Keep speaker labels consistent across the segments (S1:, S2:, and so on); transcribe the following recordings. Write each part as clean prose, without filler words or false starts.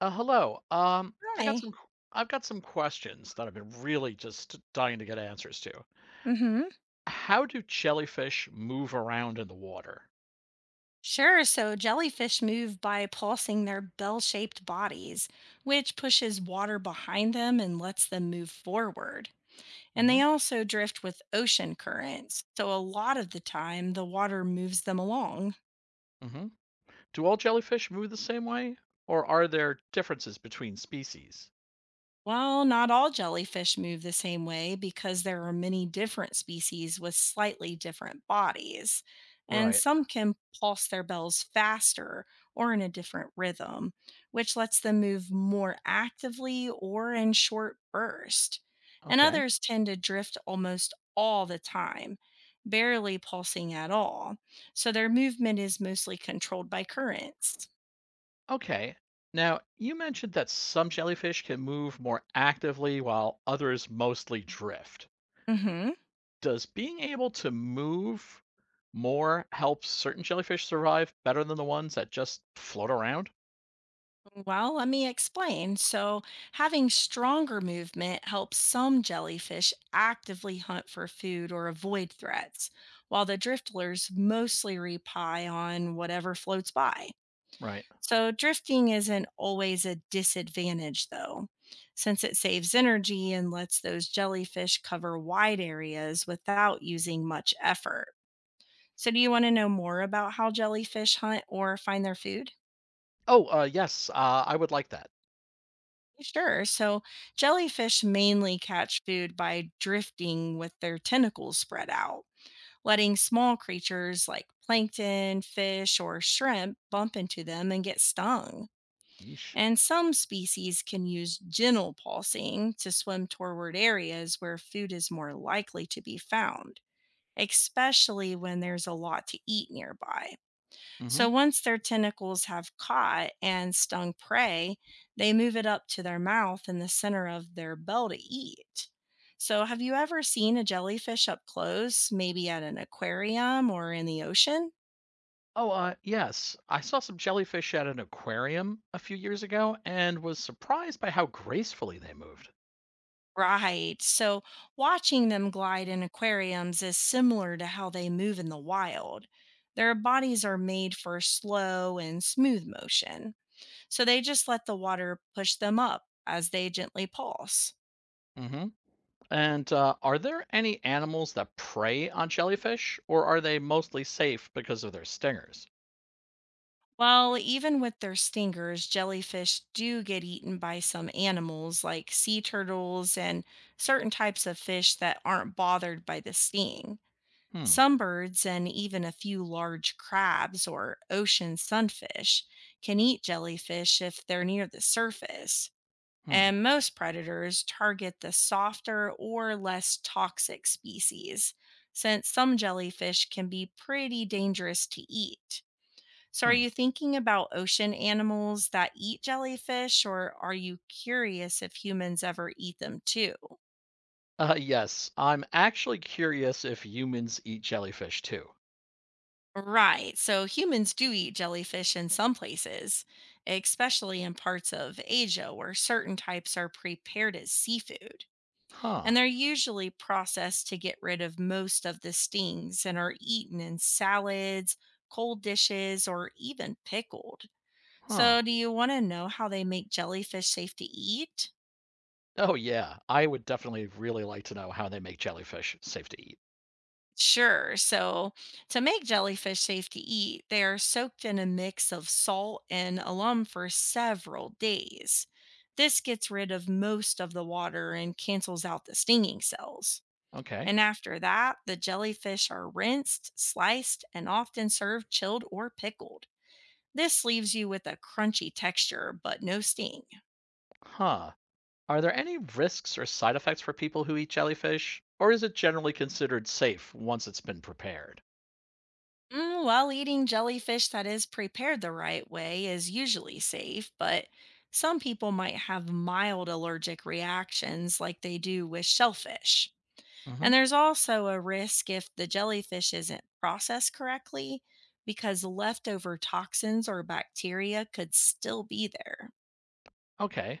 S1: Hello.
S2: Hi.
S1: I've got some questions that I've been really just dying to get answers to.
S2: Mm hmm
S1: How do jellyfish move around in the water?
S2: Sure. So jellyfish move by pulsing their bell shaped bodies, which pushes water behind them and lets them move forward. And
S1: Hmm.
S2: they also drift with ocean currents. So a lot of the time, the water moves them along.
S1: Hmm. Do all jellyfish move the same way, or are there differences between species?
S2: While not all jellyfish move the same way because there are many different species with slightly different bodies, and
S1: Right.
S2: some can pulse their bells faster or in a different rhythm, which lets them move more actively or in short bursts. And
S1: Okay.
S2: others tend to drift almost all the time, barely pulsing at all. So their movement is mostly controlled by currents.
S1: Okay. Now, you mentioned that some jellyfish can move more actively while others mostly drift.
S2: Mhm.
S1: Does being able to move more help certain jellyfish survive better than the ones that just float around?
S2: Well, let me explain. So, having stronger movement helps some jellyfish actively hunt for food or avoid threats, while the driftlers mostly repie on whatever floats by.
S1: Right.
S2: So, drifting isn't always a disadvantage, though, since it saves energy and lets those jellyfish cover wide areas without using much effort. So, do you want to know more about how jellyfish hunt or find their food?
S1: Oh, yes, I would like that.
S2: Sure. So jellyfish mainly catch food by drifting with their tentacles spread out, letting small creatures like plankton, fish, or shrimp bump into them and get stung.
S1: Yeesh.
S2: And some species can use gentle pulsing to swim toward areas where food is more likely to be found, especially when there's a lot to eat nearby. So
S1: Hmm.
S2: once their tentacles have caught and stung prey, they move it up to their mouth in the center of their bell to eat. So, have you ever seen a jellyfish up close, maybe at an aquarium or in the ocean?
S1: Oh, yes, I saw some jellyfish at an aquarium a few years ago and was surprised by how gracefully they moved.
S2: Right. So watching them glide in aquariums is similar to how they move in the wild. Their bodies are made for slow and smooth motion. So they just let the water push them up as they gently pulse.
S1: Hmm. And are there any animals that prey on jellyfish, or are they mostly safe because of their stingers?
S2: Well, even with their stingers, jellyfish do get eaten by some animals like sea turtles and certain types of fish that aren't bothered by the sting.
S1: Hmm.
S2: Some birds and even a few large crabs or ocean sunfish can eat jellyfish if they're near the surface.
S1: Hmm.
S2: And most predators target the softer or less toxic species, since some jellyfish can be pretty dangerous to eat. So, are
S1: Hmm.
S2: you thinking about ocean animals that eat jellyfish, or are you curious if humans ever eat them too?
S1: Yes, I'm actually curious if humans eat jellyfish too.
S2: Right. So, humans do eat jellyfish in some places, especially in parts of Asia where certain types are prepared as seafood.
S1: Huh.
S2: And they're usually processed to get rid of most of the stings and are eaten in salads, cold dishes, or even pickled.
S1: Huh.
S2: So, do you want to know how they make jellyfish safe to eat?
S1: Oh, yeah, I would definitely really like to know how they make jellyfish safe to eat.
S2: Sure. So to make jellyfish safe to eat, they are soaked in a mix of salt and alum for several days. This gets rid of most of the water and cancels out the stinging cells.
S1: Okay.
S2: And after that, the jellyfish are rinsed, sliced, and often served chilled or pickled. This leaves you with a crunchy texture, but no sting.
S1: Huh. Are there any risks or side effects for people who eat jellyfish, or is it generally considered safe once it's been prepared?
S2: Mm, well, eating jellyfish that is prepared the right way is usually safe, but some people might have mild allergic reactions like they do with shellfish.
S1: Hmm.
S2: And there's also a risk if the jellyfish isn't processed correctly because leftover toxins or bacteria could still be there.
S1: Okay,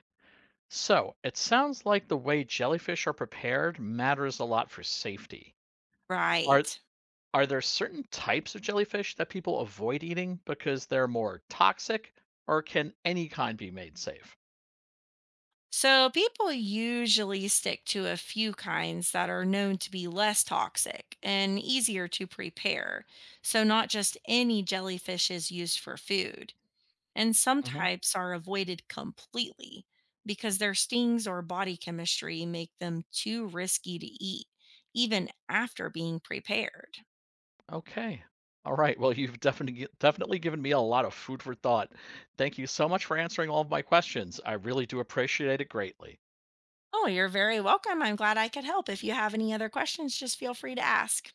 S1: so it sounds like the way jellyfish are prepared matters a lot for safety. Are
S2: Right.
S1: Are there certain types of jellyfish that people avoid eating because they're more toxic, or can any kind be made safe?
S2: So, people usually stick to a few kinds that are known to be less toxic and easier to prepare. So, not just any jellyfish is used for food. And some
S1: Hmm.
S2: types are avoided completely because their stings or body chemistry make them too risky to eat, even after being prepared.
S1: Okay. All right. Well, you've definitely given me a lot of food for thought. Thank you so much for answering all of my questions. I really do appreciate it greatly.
S2: Oh, you're very welcome. I'm glad I could help. If you have any other questions, just feel free to ask.